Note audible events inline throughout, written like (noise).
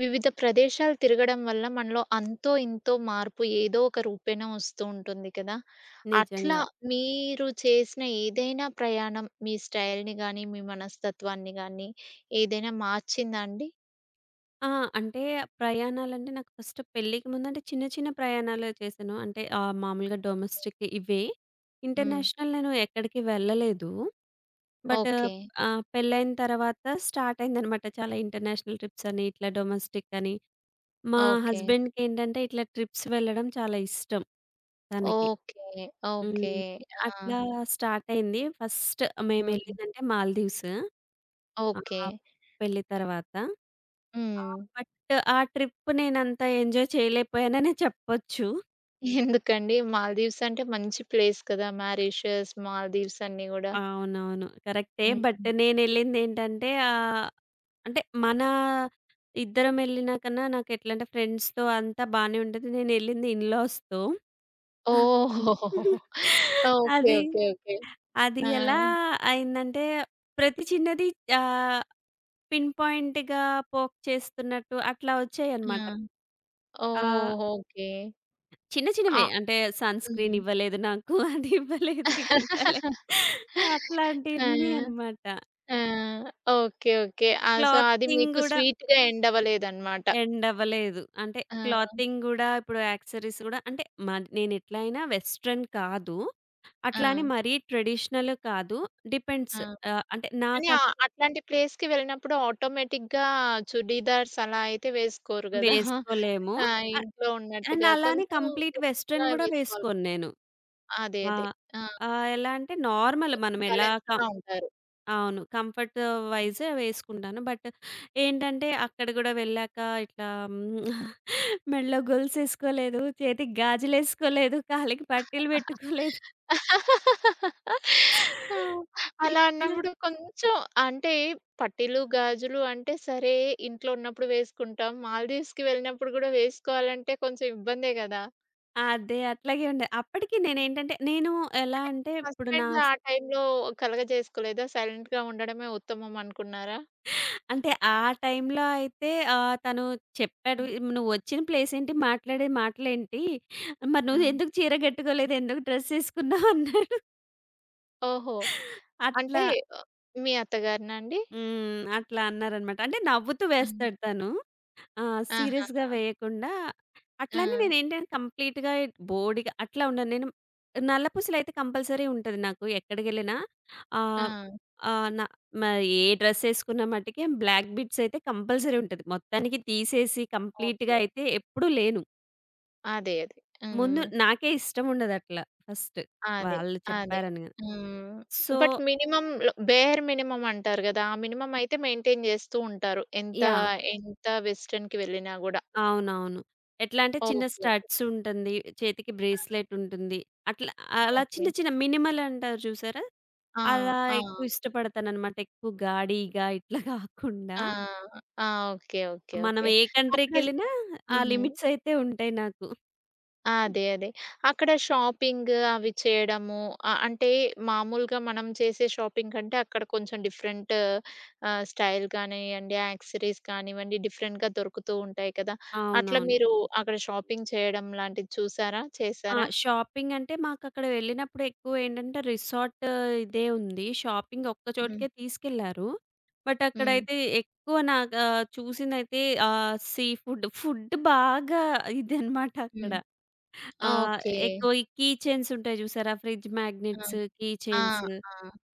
వివిధ ప్రదేశాలు తిరగడం వల్ల మనలో అంతో ఇంతో మార్పు ఏదో ఒక రూపేణ వస్తూ ఉంటుంది కదా! అట్లా నిజంగా. మీరు చేసిన ఏదైనా ప్రయాణం మీ స్టైల్‌ని గానీ, మీ మనస్తత్వాన్ని గానీ ఏదైనా మార్చిందా అండి? ఆ! అంటే ప్రయాణాలంటే నాకు ఫస్ట్ పెళ్ళికి ముందంటే చిన్న చిన్న ప్రయాణాలే చేశాను. అంటే మామూలుగా డొమెస్టిక్ ఇవే. హ్మ్. ఇంటర్నేషనల్ నేను ఎక్కడికి వెళ్ళలేదు. But okay. పెళ్ళైన తర్వాత స్టార్ట్ అయిందనమాట చాలా ఇంటర్నేషనల్ ట్రిప్స్ అని, ఇట్లా డొమెస్టిక్ అని. మా ఓకే. హస్బెండ్‌కేంటంటే ఇట్లా ట్రిప్స్ వెళ్ళడం చాలా ఇష్టం తనకి. ఓకే. ఓకే. హ్మ్. ఆ! అట్లా స్టార్టయింది. ఫస్ట్ హ్మ్. మేమెళ్ళిందంటే మాల్దీవ్స్. ఆ! ఓకే. పెళ్లి తర్వాత. హ్మ్. బట్ ఆ ట్రిప్ నేనంత ఎంజాయ్ చేయలేకపోయాననే చెప్పొచ్చు. ఎందుకండి మాల్దీవ్స్ అంటే మంచి ప్లేస్ కదా! మారిషస్, మాల్దీవ్స్ అన్నీ గూడా. అవునవును. కరెక్టే. బట్ హ్మ్. నేనెళ్ళిందేంటంటే అంటే ఇద్దరం ఎళ్ళిన కన్నా నాకెట్లంటే ఫ్రెండ్స్‌తో అంతా బానే ఉంటది. నేనెళ్ళింది ఇన్‌లాస్‌తో. ఓహ్! (laughs) ఓకే. అది, ఓకే. ఓకే. అది ఆ! ఎలా అయిందంటే ప్రతి చిన్నది ఆహ్, పిన్ పాయింట్‌గా పోక్ చేస్తున్నట్టు అట్లా వచ్చాయన్నమాట. ఆ! ఆహ్, ఓహ్! ఓకే. చిన్న ఆ! చిన్నవే అంటే సన్ స్క్రీన్ హ్మ్. ఇవ్వలేదు నాకు. (laughs) అది ఇవ్వలేదు, ఇది ఇవ్వలేదు. ఆ! అట్లాంటివున్నాయన్నమాట. ఆ! ఓకే. ఓకే. ఆ! సో, అది క్లాతింగ్ మీకు గూడా స్వీట్‌గా ఎండ్ అవ్వలేదన్నమాట. ఎండ్ అవ్వలేదు. అంటే ఆ! క్లాతింగ్ గూడా ఇప్పుడు యాక్సెసరీస్ గూడా అంటే నేనెట్లా అయినా వెస్టర్న్ కాదు. ఆ! అట్లా అని మరీ ట్రెడిషనల్ కాదు. డిపెండ్స్. ఆ! అంటే నా కానీ కం అట్లాంటి ప్లేస్‌కి వెళ్ళినప్పుడు ఆటోమేటిక్‌గా చుడీదార్స్ అలా అయితే వేసుకోరు గదా! వేసుకోలేము. ఆ! ఆహ్, ఇంట్లో అండ్ ఉన్నట్టుగా అలానే కొంచెం కంప్లీట్ లుక్‌గా వెస్టర్న్ గూడా వేసుకోవాలి. వేసుకోను నేను. అదే. అదే. ఆహ్, ఆ! ఆహ్, ఎలా అంటే నార్మల్ కొంచెం మనం ఎలా క బ్యాలెన్స్‌డ్‌గా ఉంటారు. అవును. కంఫర్ట్ వైజే వేసుకుంటాను. బట్ ఏంటంటే అక్కడ గూడా వెళ్ళాక ఇట్లా హ్మ్. (laughs) మెడలో గొలుసేసుకోలేదు. చేతికి గాజులేసుకోలేదు. కాళ్ళకి పట్టీలు పెట్టుకోలేదు. (laughs) ఆ! అలా ఇట్లా అన్నప్పుడు కొంచెం అంటే పట్టీలు, గాజులు అంటే సరే ఇంట్లో ఉన్నప్పుడు వేసుకుంటాం. మాల్దీవ్స్‌కి వెళ్ళినప్పుడు గూడా వేసుకోవాలంటే కొంచెం ఇబ్బందే గదా! అదే అట్లాగే ఉండే. అప్పటికి నేనేంటంటే నేను ఎలా అంటే అంటే మీ ఇప్పుడు నా హస్బెండ్ ఆ టైంలో కలగజేసుకోలేదా? సైలెంట్‌గా ఉండడమే ఉత్తమం అనుకున్నారా? అంటే ఆ టైంలో అయితే తను చెప్పాడు. హ్మ్. "నువ్వు వచ్చిన ప్లేస్ ఏంటి? మాట్లాడే మాటలేంటి? మరి ఆ! నువ్వు ఎందుకు చీర కట్టుకోలేదు? ఎందుకు డ్రెస్ ఏసుకున్నావు?" అన్నాడు. ఓహో! అంటే అట్లా. ఆహ్, మీ అత్తగారినా అండి? హ్మ్. అట్లా అన్నారనమాట. అంటే నవ్వుతూ అవును. వేస్తాడు తను. ఆ! సీరియస్‌గా ఆహాహా! వేయకుండా ఆ! అట్లని నేనేంటంటే కంప్లీట్‌గా బోడిగా అట్లా ఉండను. నేను నల్ల పూసలైతే కంపల్సరీ ఉంటది నాకు ఎక్కడికెళ్ళినా. ఆ! ఆహ్, ఆహ్, న మ ఏ డ్రెస్ ఏసుకున్న మటికి బ్లాక్ బిట్స్ అయితే కంపల్సరీ ఉంటది. మొత్తానికి తీసేసి కంప్లీట్‌గా ఓకే. అయితే ఎప్పుడూ లేను. అదే. అదే. ముందు హ్మ్. నాకే ఇష్టం ఉండదట్లా ఫస్ట్. అదే. వాళ్ళు అదే. చెప్పారని. హ్మ్. సో, బట్ మినిమమ్‌లో బేర్ మినిమమ్ అంటారు గదా! ఆ మినిమమ్ అయితే మెయింటైన్ జేస్తూ ఉంటారు. ఎంత, యాహ్! ఎంత వెస్టర్న్‌కి వెళ్ళినా గూడా. అవునవును. ఎట్లా అంటే చిన్న ఓకే. ఓకే. స్టడ్స్ ఉంటుంది. చేతికి ఆ! బ్రేస్‌లెట్ ఉంటుంది. అట్లా అలా ఓకే. చిన్న చిన్న మినిమల్ అంటారు చూసారా? ఆ! అలా ఆ! ఎక్కువ ఇష్టపడతాననమాట. ఎక్కువ గాడిగా ఇట్లా (laughs) కాకుండా ఆ! ఆ! ఓకే. ఓకే. మనం ఓకే. ఏ అక్కడ కంట్రీకెళ్ళినా ఆ హ్మ్. లిమిట్స్ అయితే ఉంటాయి నాకు. అదే. అదే. అక్కడ షాపింగ్ అవి చేయడము అంటే మామూలుగా మనం చేసే షాపింగ్ కంటే అక్కడ కొంచెం డిఫరెంట్ స్టైల్ కానియ్యండి, యాక్సెసరీస్ కానివ్వండి డిఫరెంట్‌గా దొరుకుతూ ఉంటాయి కదా! అట్లా అవునవును. మీరు అక్కడ షాపింగ్ చేయడం లాంటిది చూసారా? ఆ! చేసారా? షాపింగ్ అంటే మాకక్కడ వెళ్ళినప్పుడు ఎక్కువేంటంటే రిసార్ట్ ఇదే ఉంది. షాపింగ్ ఒక్క హ్మ్. చోటుకే తీసుకెళ్లారు. బట్ హ్మ్. అక్కడైతే ఎక్కువ నాకు చూసిందైతే సీ ఫుడ్. ఫుడ్ బాగా ఇదనమాట అక్కడ. హ్మ్. ఆహ్, ఓకే. ఎక్కువ ఈ కీ చైన్స్ ఉంటాయి చూసారా? ఫ్రిడ్జ్ ఆ! మ్యాగ్నెట్స్, కీ ఆ! చైన్స్. ఆ!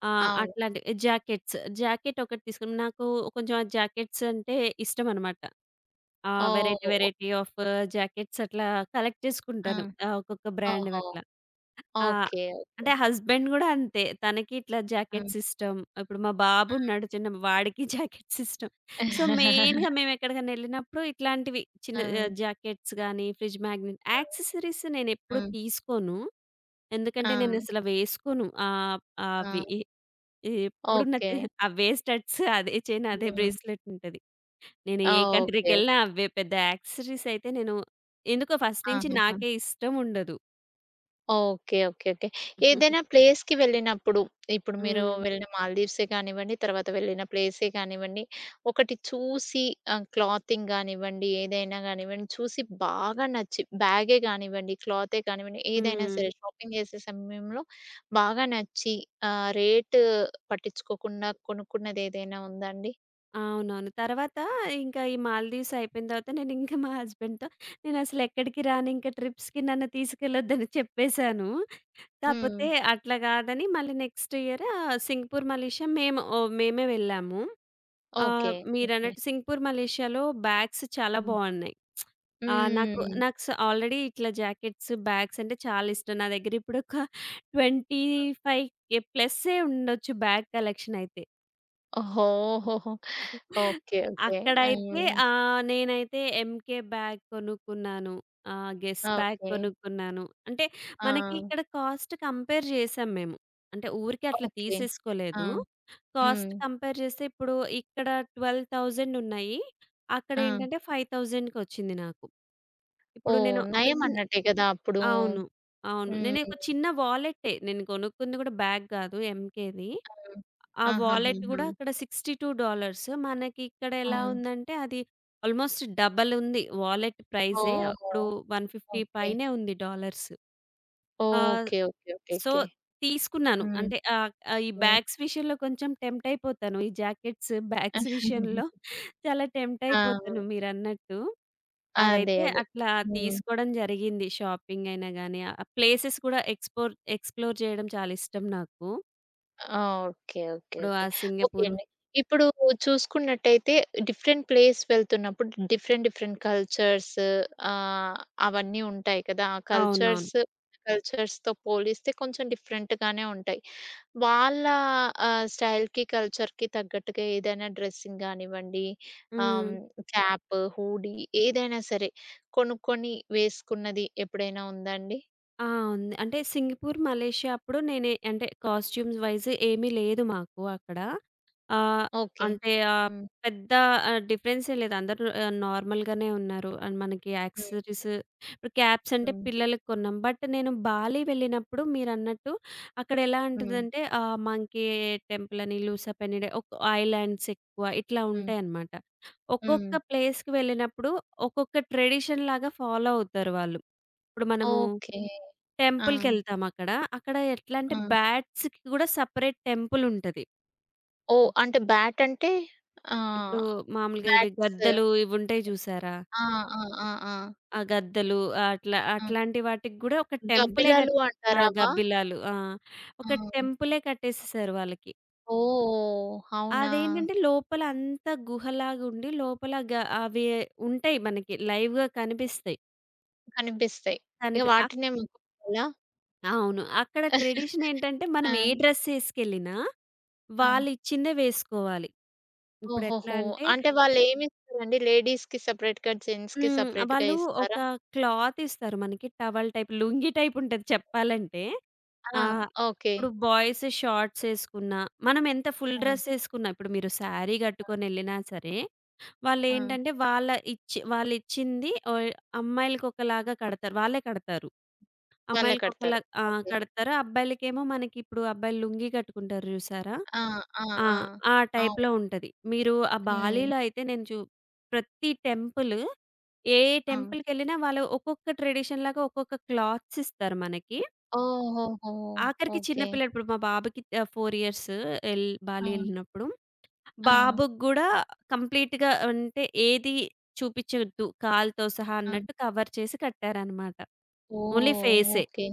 ఆ! అవును. అట్లాంటివి జాకెట్స్. జాకెట్ ఒకటి తీసుకున్నాం. నాకు కొంచెం ఆ జాకెట్స్ అంటే ఇష్టమనమాట. ఆ! వెరైటీ ఓహ్! ఓహ్! వెరైటీ ఆఫ్ జాకెట్స్ అట్లా కలెక్ట్ ఆ! చేసుకుంటాను. ఒక్కొక్క బ్రాండ్‌వి ఓహో! అట్లా. ఆ! ఓకే. ఓకే. అంటే హస్బెండ్ గూడా అంతే. తనకి ఇట్లా ఆ! జాకెట్స్ ఇష్టం. ఇప్పుడు మా బాబున్నాడు చిన్న వాడికి (laughs) జాకెట్స్ ఇష్టం. సో, (laughs) మెయిన్‌గా మేమెక్కడికైనా ఎళ్ళినప్పుడు ఇట్లాంటివి చిన్న ఆ! జాకెట్స్ గానీ, ఫ్రిడ్జ్ మ్యాగ్నెట్ యాక్సెసరీస్ ఆ! నేనెప్పుడు తీసుకోను. ఆ! ఎందుకంటే నేనసల వేసుకోను. ఆహ్, అవి ఆ! ఎ ఎప్పుడు నా ఓకే. చే ఆ వేస్టట్స్ అదే చైన్, అదే హ్మ్. బ్రేస్లెట్ ఉంటది. నేను ఆ! ఏ ఓకే. కంట్రీకెళ్ళినా అవే పెద్ద యాక్సెసరీస్ అయితే నేను ఎందుకో ఫస్ట్ నుంచి ఆహాహా! నాకే ఇష్టం ఉండదు. ఓకే. ఓకే. ఓకే. ఏదైనా (laughs) ప్లేస్‌కి వెళ్ళినప్పుడు, ఇప్పుడు మీరు హ్మ్. వెళ్ళిన మాల్దీవ్సే కానివ్వండి, తర్వాత వెళ్ళిన ప్లేసే కానివ్వండి, ఒకటి చూసి క్లాతింగ్ గానివ్వండి, ఏదైనా గానివ్వండి, చూసి బాగా నచ్చి బ్యాగే గానివ్వండి, క్లాతే కానివ్వండి, ఏదైనా హ్మ్. సరే షాపింగ్ చేసే సమయంలో బాగా నచ్చి రేటు పట్టించుకోకుండా కొనుక్కున్నదేదైనా ఉందా అండి? అవునవును. తర్వాత ఇంకా ఈ మాల్‌దీవ్స్ అయిపోయిన తర్వాత నేనింకా మా హస్బెండ్‌తో నేనసలెక్కడికి రానింక ట్రిప్స్‌కి నన్ను తీసుకెళ్ళొద్దని చెప్పేశాను. హ్మ్. కాపోతే అట్లా గాదని మళ్ళీ నెక్స్ట్ ఇయర్ సింగపూర్, మలేషియా మేము ఓహ్! మేమే వెళ్ళాము. ఓకే. ఓకే. మీరన్నట్టు సింగపూర్, మలేషియాలో బ్యాగ్స్ చాలా హ్మ్. బావున్నాయి. నాకు హ్మ్. నాకు ఆల్రెడీ ఇట్లా జాకెట్స్, బ్యాగ్స్ అంటే చాలా ఇష్టం. నా దగ్గరిప్పుడొక 25 ప్లస్సే ఉండొచ్చు బ్యాగ్ కలెక్షన్ అయితే. ఓహో! ఓహోహో! ఓకే. ఓకే. ఆ! అక్కడైతే నేనైతే ఎంకే బ్యాగ్ కొనుక్కున్నాను. Guess bag okay. కొనుక్కున్నాను. అంటే ఆ! మనకి ఇక్కడ కాస్ట్ కంపేర్ చేసాం మేము. అంటే ఊరికే అట్లా ఓకే. ఆ! తీసేసుకోలేదు. హ్మ్. కాస్ట్ కంపేర్ చేస్తే ఇప్పుడు ఇక్కడ 12,000 ఉన్నాయి. ఆ! అక్కడేంటంటే 5,000కి వచ్చింది నాకు. ఇప్పుడు ఓహ్! నేను ఒక నయం చిన్న అన్నట్టే కదా! అప్పుడు. అవును. అవును. నేను ఒక హ్మ్. చిన్న వాలెట్టే. నేను కొనుక్కుంది కూడా బ్యాగ్ కాదు ఎంకేది. హ్మ్. ఆ వాలెట్ ఆహాహాహా! గూడా అక్కడ $62 మనకి ఇక్కడ ఆ! ఎలా ఉందంటే అది ఆల్మోస్ట్ డబల్ ఉంది. వాలెట్ ప్రైజే ఓహ్! అప్పుడు 150 ఓకే. పైనే ఉంది డాలర్స్. ఆహ్, okay. Okay. Okay. So, okay. తీసుకున్నాను. హ్మ్. అంటే ఆహ్, ఆహ్, ఈ హ్మ్. బ్యాగ్స్ విషయంలో కొంచెం టెంప్ట్ అయిపోతాను. ఈ జాకెట్స్, బ్యాగ్స్ విషయంలో (laughs) చాలా టెంప్ట్ ఆ! అయిపోతాను మీరన్నట్టు. అదే. అదైతే అదే. అట్లా హ్మ్. తీసుకోవడం జరిగింది. షాపింగ్ అయినా గాని, ఆ ప్లేసెస్ కూడా ఎక్స్‌ప్లోర్ చేయడం చాలా ఇష్టం నాకు. ఆ! ఓకే. ఓకే. ఇప్పుడు ఆ ఓకే. ఓకే సింగపూర్ అండి. ఇప్పుడు చూసుకున్నట్టయితే డిఫరెంట్ ప్లేస్ వెళ్తున్నప్పుడు డిఫరెంట్ డిఫరెంట్ కల్చర్స్ ఆహ్, అవన్నీ ఉంటాయి కదా! ఆ అవునవును. కల్చర్స్ కల్చర్స్‌తో పోలిస్తే కొంచెం డిఫరెంట్‌గానే ఉంటాయి. వాళ్ళ స్టైల్‌కి, కల్చర్‌కి తగ్గట్టుగా ఏదైనా డ్రెస్సింగ్ గానివ్వండి, ఆహ్, హ్మ్. హ్మ్, క్యాప్, హూడీ ఏదైనా సరే కొనుక్కొని వేసుకున్నది ఎప్పుడైనా ఉందా అండి? ఆ! ఉంది. అంటే సింగపూర్, మలేషియా అప్పుడు నేనే అంటే కాస్ట్యూమ్స్ వైస్ ఏమీ లేదు మాకు అక్కడ. ఆహ్, ఓకే. అంటే ఆహ్, హ్మ్. పెద్ద డిఫరెన్సే లేదు. అందరూ నార్మల్‌గానే ఉన్నారు. అండ్ మనకి హ్మ్. యాక్సెసరీస్ ఇప్పుడు క్యాప్స్ అంటే హ్మ్. పిల్లలకి కొన్నాం. బట్ నేను బాలి వెళ్ళినప్పుడు మీరన్నట్టు అక్కడ ఎలా హ్మ్. ఉంటదంటే మంకీ టెంపుల్ అని, లూసా పెనిడే ఒక ఐలాండ్స్ ఎక్కువ ఇట్లా హ్మ్. ఉంటాయన్నమాట. ఒక్కొక్క హ్మ్. ప్లేస్‌కి వెళ్ళినప్పుడు ఒక్కొక్క ట్రెడిషన్ లాగా ఫాలో అవుతారు వాళ్ళు. ఇప్పుడు మనము ఓకే. ఆ! టెంపుల్‌కెళ్తామక్కడ. అక్కడ అక్కడ ఎట్లా అంటే ఆ! బ్యాట్స్‌కి కూడా సెపరేట్ టెంపులుంటది. ఓహ్! అంటే బ్యాట్ అంటే ఇప్పుడు ఆహ్, మామూలుగా ఇవి బ్యాట్స్ గద్దలు ఇవుంటాయి చూసారా? ఆ! ఆ! ఆ! ఆ! ఆ గద్దలు అట్లా ఆ! అట్లాంటి వాటికి కూడా ఒక టెంపులే కట్ గబ్బిలాలు ఆ! అంటారు అవా? గబ్బిలాలు. ఆ! ఒక ఆ! టెంపులే కట్టేసేసారు వాళ్ళకి. ఓహ్! అవునా? అదేంటంటే లోపల అంతా గుహలాగా ఉండి లోపల గ అవి ఉంటాయి మనకి లైవ్‌గా కనిపిస్తాయి. కనిపిస్తాయి. ఇక కనిపి అక్ వాటినే మొక్కుకోవాలా? అవును. అక్కడ ట్రెడిషన్ ఏంటంటే మనం ఆ! ఏ డ్రెస్ ఏసుకెళ్ళినా ఆ! వాళ్ళిచ్చిందే వేసుకోవాలి. ఇప్పుడెట్లా ఓహోహో! అంటే అంటే వాళ్ళేమిస్తారండి? లేడీస్‌కి సెపరేట్‌గా, జెంట్స్‌కి హ్మ్. సెపరేట్‌గా వాళ్ళు ఒక ఇస్తారా? క్లాత్ ఇస్తారు మనకి. టవల్ టైప్, లుంగీ టైప్ ఉంటది చెప్పాలంటే. ఆ! ఆహ్, ఓకే. ఇప్పుడు బాయ్స్ షార్ట్స్ ఏసుకున్నా, మనం ఎంత ఫుల్ ఆ! డ్రెస్ ఏసుకున్నా, ఇప్పుడు మీరు శారీ ఆ! గట్టుకొనెళ్ళినా సరే, ఆ! వాళ్ళేంటంటే వాళ్ళిచ్చింది అమ్మాయిలకొకలాగా కడతారు. వాళ్ళే కడతారు. వాళ్ళే అమ్మాయిలకొకలా కడతారు. ఆ! ఓకే. కడతారు. అబ్బాయిలకేమో మనకిప్పుడు అబ్బాయిలు లుంగీ కట్టుకుంటారు జూసారా? ఆ! ఆ! ఆ! ఆ! ఆ టైప్‌లో అవును. ఉంటది. మీరు ఆ హ్మ్. బాలీలో అయితే నేను చూ ప్రతి టెంపుల్ ఏ ఆ! టెంపుల్‌కెళ్ళినా వాళ్ళు ఒక్కొక్క ట్రెడిషన్ లాగా ఒక్కొక్క క్లాత్స్ ఇస్తారు మనకి. ఓహోహో! ఆఖరికి చిన్న ఓకే. పిల్లాడు ఇప్పుడు మా బాబుకి 4 ఇయర్స్ ఎల్ ఆ! బాలి ఎళ్ళినప్పుడు ఆ! బాబుకి గూడా కంప్లీట్‌గా అంటే ఏది చూపిచ్చొద్దు కాలుతో సహా ఆ! అన్నట్టు కవర్ చేసి కట్టారనమాట. ఓన్లీ ఓహ్! ఫేసే. Okay.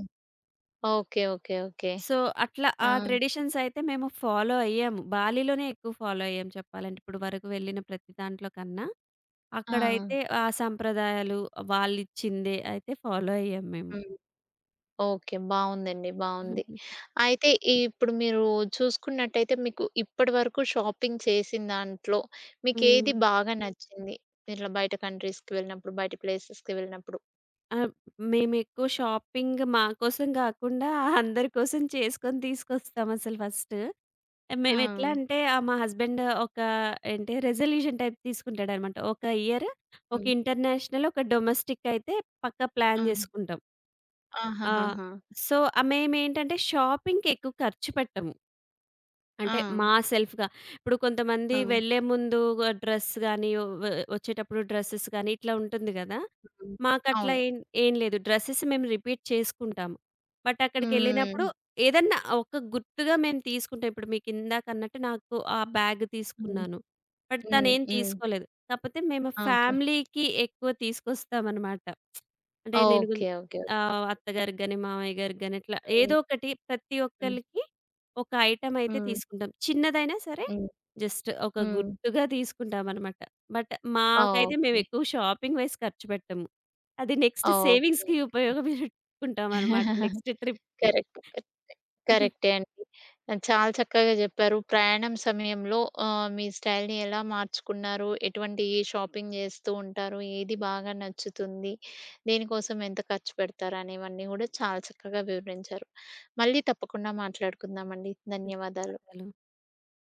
Okay. Okay. Okay. So, అట్లా ఆ! ఆ ట్రెడిషన్స్ అయితే మేము ఫాలో అయ్యాము. బాలీలోనే ఎక్కువ ఫాలో అయ్యాం చెప్పాలంటే. ఇప్పుడు వరకు వెళ్ళిన ప్రతి దాంట్లో కన్నా, ఆ! అక్కడైతే ఆ సంప్రదాయాలు వాళ్ళిచ్చిందే అయితే ఫాలో అయ్యాం మేము. హ్మ్. ఓకే. బావుందండి. బావుంది. అయితే ఇప్పుడు మీరు చూసుకున్నట్టయితే మీకు ఇప్పటి వరకు షాపింగ్ చేసిన దాంట్లో హ్మ్. మీకేది బాగా నచ్చింది? ఇట్లా బయట కంట్రీస్‌కి వెళ్ళినప్పుడు, బయట ప్లేసెస్‌కి వెళ్ళినప్పుడు? ఆహ్, మేమెక్కువ షాపింగ్ మా కోసం గాకుండా అందరి కోసం చేసుకొని తీసుకొస్తామసలు ఫస్ట్. ఆ! మేమెట్లా అంటే మా హస్బెండ్ ఒక ఏంటి రిజల్యూషన్ టైప్ తీసుకుంటాడనమాట. ఒక ఇయర్, ఒక హ్మ్. ఇంటర్నేషనల్, ఒక డొమెస్టిక్ అయితే పక్కా ప్లాన్ ఆ! చేసుకుంటాం. ఆ! ఆహాహాహా! సో, మేమేంటంటే షాపింగ్‌కి ఎక్కువ ఖర్చు పెట్టము. ఆ! అంటే మా సెల్ఫ్‌గా. ఇప్పుడు కొంతమంది ఆ! వెళ్ళే ముందు డ్రెస్ గాని, వ వచ్చేటప్పుడు డ్రెసెస్ గాని ఇట్లా ఉంటుంది గదా! హ్మ్. మాకట్లా అవును. ఏం ఏం లేదు. డ్రెసెస్ మేము రిపీట్ చేసుకుంటాము. బట్ అక్కడికెళ్ళినప్పుడు హ్మ్. ఏదన్నా ఒక గుర్తుగా మేము తీసుకుంటాం. ఇప్పుడు మీకిందాకన్నట్టు నాకు ఆ బ్యాగ్ హ్మ్. తీసుకున్నాను. బట్ హ్మ్. తనేం హ్మ్. తీసుకోలేదు. కాపోతే మేము ఓకే. ఫ్యామిలీకి ఎక్కువ తీసుకొస్తామనమాట. అంటే నేను గున్ ఓకే. ఓకే. అత్తగారికి గాని, మామయ్య గారికి గాని అట్లా ఏదో హ్మ్. ఒకటి ప్రతి హ్మ్. ఒక్కళ్ళకి ఒక ఐటెమ్ అయితే హ్మ్. తీసుకుంటాం. చిన్నదైనా సరే హ్మ్. జస్ట్ ఒక హ్మ్. గుర్తుగా తీసుకుంటామనమాట. బట్ మాకైతే ఓకే. మేమెక్కువ షాపింగ్ వైస్ ఖర్చు పెట్టము. అది నెక్స్ట్ ఓకే. సేవింగ్స్‌కి ఉపయోగపెట్టుకుంటామనమాట (laughs) నెక్స్ట్ ట్రిప్‌కి. కరెక్ట్. కరెక్టే. కరెక్టే అండి. చాలా చక్కగా జెప్పారు. ప్రయాణం సమయంలో మీ స్టైల్‌ని ఎలా మార్చుకున్నారు? ఎటువంటి షాపింగ్ జేస్తూ ఉంటారు? ఏది బాగా నచ్చుతుంది? దేనికోసం ఎంత ఖర్చు పెడతారు? అనేవన్నీ గూడా చాలా చక్కగా వివరించారు. మళ్ళీ తప్పకుండా మాట్లాడుకుందామండి. ధన్యవాదాలు. ధన్యవాదాలు.